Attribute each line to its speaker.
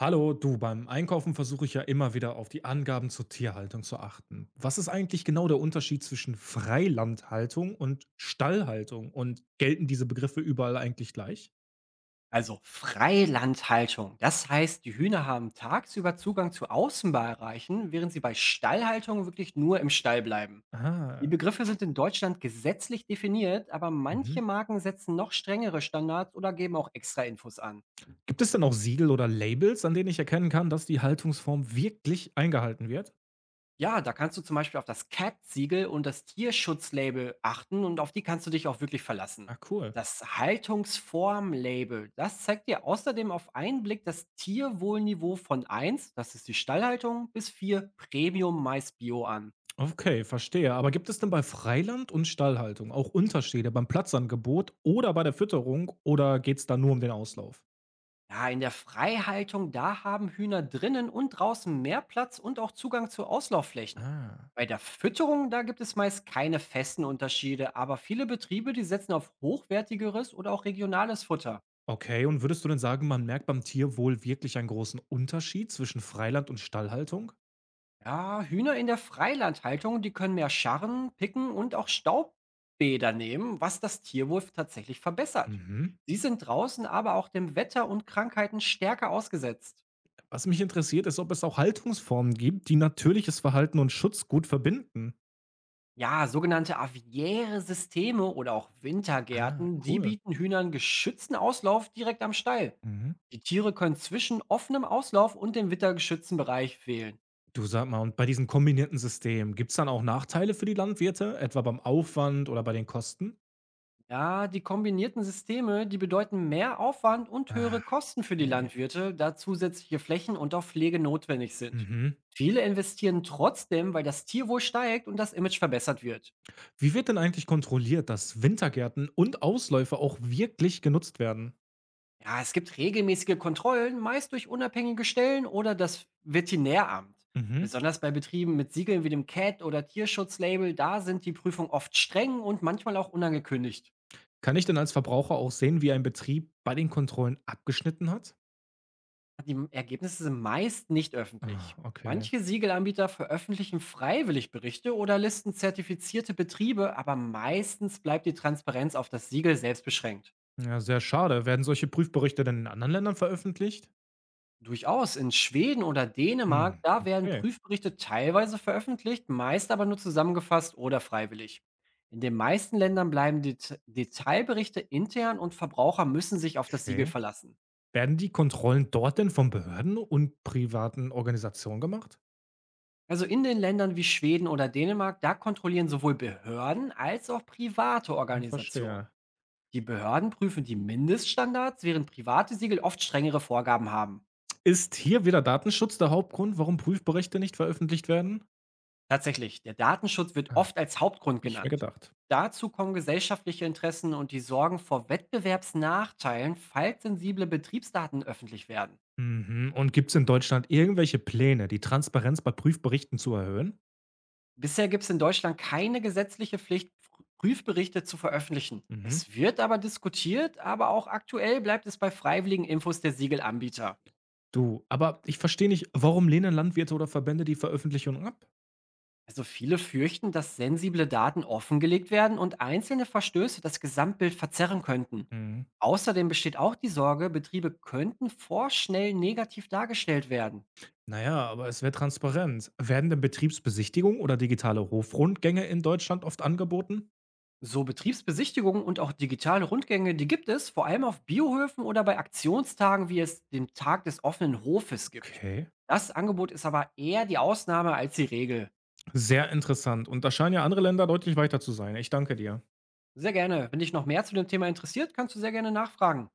Speaker 1: Hallo, du, beim Einkaufen versuche ich ja immer wieder auf die Angaben zur Tierhaltung zu achten. Was ist eigentlich genau der Unterschied zwischen Freilandhaltung und Stallhaltung? Und gelten diese Begriffe überall eigentlich gleich?
Speaker 2: Also Freilandhaltung. Das heißt, die Hühner haben tagsüber Zugang zu Außenbereichen, während sie bei Stallhaltung wirklich nur im Stall bleiben. Die
Speaker 1: Ah,
Speaker 2: Begriffe sind in Deutschland gesetzlich definiert, aber
Speaker 1: mhm.
Speaker 2: manche Marken setzen noch strengere Standards oder geben auch extra Infos an.
Speaker 1: Gibt es denn auch Siegel oder Labels, an denen ich erkennen kann, dass die Haltungsform wirklich eingehalten wird?
Speaker 2: Ja, da kannst du zum Beispiel auf das CAT-Siegel und das Tierschutzlabel achten und auf die kannst du dich auch wirklich verlassen.
Speaker 1: Ah, cool.
Speaker 2: Das Haltungsform-Label, das zeigt dir außerdem auf einen Blick das Tierwohlniveau von eins, das ist die Stallhaltung, bis 4 Premium Mais Bio an.
Speaker 1: Okay, verstehe. Aber gibt es denn bei Freiland- und Stallhaltung auch Unterschiede beim Platzangebot oder bei der Fütterung oder geht es da nur um den Auslauf?
Speaker 2: Ja, in der Freihaltung, da haben Hühner drinnen und draußen mehr Platz und auch Zugang zu Auslaufflächen.
Speaker 1: Ah.
Speaker 2: Bei der Fütterung, da gibt es meist keine festen Unterschiede, aber viele Betriebe, die setzen auf hochwertigeres oder auch regionales Futter.
Speaker 1: Okay, und würdest du denn sagen, man merkt beim Tierwohl wirklich einen großen Unterschied zwischen Freiland und Stallhaltung?
Speaker 2: Ja, Hühner in der Freilandhaltung, die können mehr scharren, picken und auch Staubbäder nehmen, was das Tierwohl tatsächlich verbessert.
Speaker 1: Mhm.
Speaker 2: Sie sind draußen aber auch dem Wetter und Krankheiten stärker ausgesetzt.
Speaker 1: Was mich interessiert, ist, ob es auch Haltungsformen gibt, die natürliches Verhalten und Schutz gut verbinden.
Speaker 2: Ja, sogenannte aviäre Systeme oder auch
Speaker 1: Ah,
Speaker 2: Wintergärten, die
Speaker 1: cool.
Speaker 2: bieten Hühnern geschützten Auslauf direkt am Stall.
Speaker 1: Mhm.
Speaker 2: Die Tiere können zwischen offenem Auslauf und dem wittergeschützten Bereich wählen.
Speaker 1: Du, sag mal, und bei diesem kombinierten System, gibt es dann auch Nachteile für die Landwirte, etwa beim Aufwand oder bei den Kosten?
Speaker 2: Ja, die kombinierten Systeme, die bedeuten mehr Aufwand und höhere
Speaker 1: Ah,
Speaker 2: Kosten für die
Speaker 1: okay.
Speaker 2: Landwirte, da zusätzliche Flächen und auch Pflege notwendig sind.
Speaker 1: Mhm.
Speaker 2: Viele investieren trotzdem, weil das Tierwohl steigt und das Image verbessert wird.
Speaker 1: Wie wird denn eigentlich kontrolliert, dass Wintergärten und Ausläufer auch wirklich genutzt werden?
Speaker 2: Ja, es gibt regelmäßige Kontrollen, meist durch unabhängige Stellen oder das Veterinäramt.
Speaker 1: Mhm.
Speaker 2: Besonders bei Betrieben mit Siegeln wie dem CAT oder Tierschutzlabel, da sind die Prüfungen oft streng und manchmal auch unangekündigt.
Speaker 1: Kann ich denn als Verbraucher auch sehen, wie ein Betrieb bei den Kontrollen abgeschnitten hat?
Speaker 2: Die Ergebnisse sind meist nicht
Speaker 1: Ah,
Speaker 2: öffentlich.
Speaker 1: okay.
Speaker 2: Manche Siegelanbieter veröffentlichen freiwillig Berichte oder listen zertifizierte Betriebe, aber meistens bleibt die Transparenz auf das Siegel selbst beschränkt.
Speaker 1: Ja, sehr schade. Werden solche Prüfberichte denn in anderen Ländern veröffentlicht?
Speaker 2: Durchaus in Schweden oder Dänemark,
Speaker 1: Hm,
Speaker 2: da werden
Speaker 1: okay.
Speaker 2: Prüfberichte teilweise veröffentlicht, meist aber nur zusammengefasst oder freiwillig. In den meisten Ländern bleiben Detailberichte intern und Verbraucher müssen sich auf das Siegel
Speaker 1: Okay,
Speaker 2: verlassen.
Speaker 1: werden die Kontrollen dort denn von Behörden und privaten Organisationen gemacht?
Speaker 2: Also in den Ländern wie Schweden oder Dänemark, da kontrollieren sowohl Behörden als auch private
Speaker 1: Hm,
Speaker 2: Organisationen.
Speaker 1: verstehe.
Speaker 2: Die Behörden prüfen die Mindeststandards, während private Siegel oft strengere Vorgaben haben.
Speaker 1: Ist hier wieder Datenschutz der Hauptgrund, warum Prüfberichte nicht veröffentlicht werden?
Speaker 2: Tatsächlich, der Datenschutz wird
Speaker 1: Ah,
Speaker 2: oft als Hauptgrund
Speaker 1: hab ich mir
Speaker 2: genannt.
Speaker 1: gedacht.
Speaker 2: Dazu kommen gesellschaftliche Interessen und die Sorgen vor Wettbewerbsnachteilen, falls sensible Betriebsdaten öffentlich werden.
Speaker 1: Mhm. Und gibt es in Deutschland irgendwelche Pläne, die Transparenz bei Prüfberichten zu erhöhen?
Speaker 2: Bisher gibt es in Deutschland keine gesetzliche Pflicht, Prüfberichte zu veröffentlichen.
Speaker 1: Mhm.
Speaker 2: Es wird aber diskutiert, aber auch aktuell bleibt es bei freiwilligen Infos der Siegelanbieter.
Speaker 1: Du, aber ich verstehe nicht, warum lehnen Landwirte oder Verbände die Veröffentlichung ab?
Speaker 2: Also viele fürchten, dass sensible Daten offengelegt werden und einzelne Verstöße das Gesamtbild verzerren könnten.
Speaker 1: Mhm.
Speaker 2: Außerdem besteht auch die Sorge, Betriebe könnten vorschnell negativ dargestellt werden.
Speaker 1: Naja, aber es wäre transparent. Werden denn Betriebsbesichtigungen oder digitale Hofrundgänge in Deutschland oft angeboten?
Speaker 2: So Betriebsbesichtigungen und auch digitale Rundgänge, die gibt es vor allem auf Biohöfen oder bei Aktionstagen, wie es den Tag des offenen Hofes gibt.
Speaker 1: Okay.
Speaker 2: Das Angebot ist aber eher die Ausnahme als die Regel.
Speaker 1: Sehr interessant. Und da scheinen ja andere Länder deutlich weiter zu sein. Ich danke dir.
Speaker 2: Sehr gerne. Wenn dich noch mehr zu dem Thema interessiert, kannst du sehr gerne nachfragen.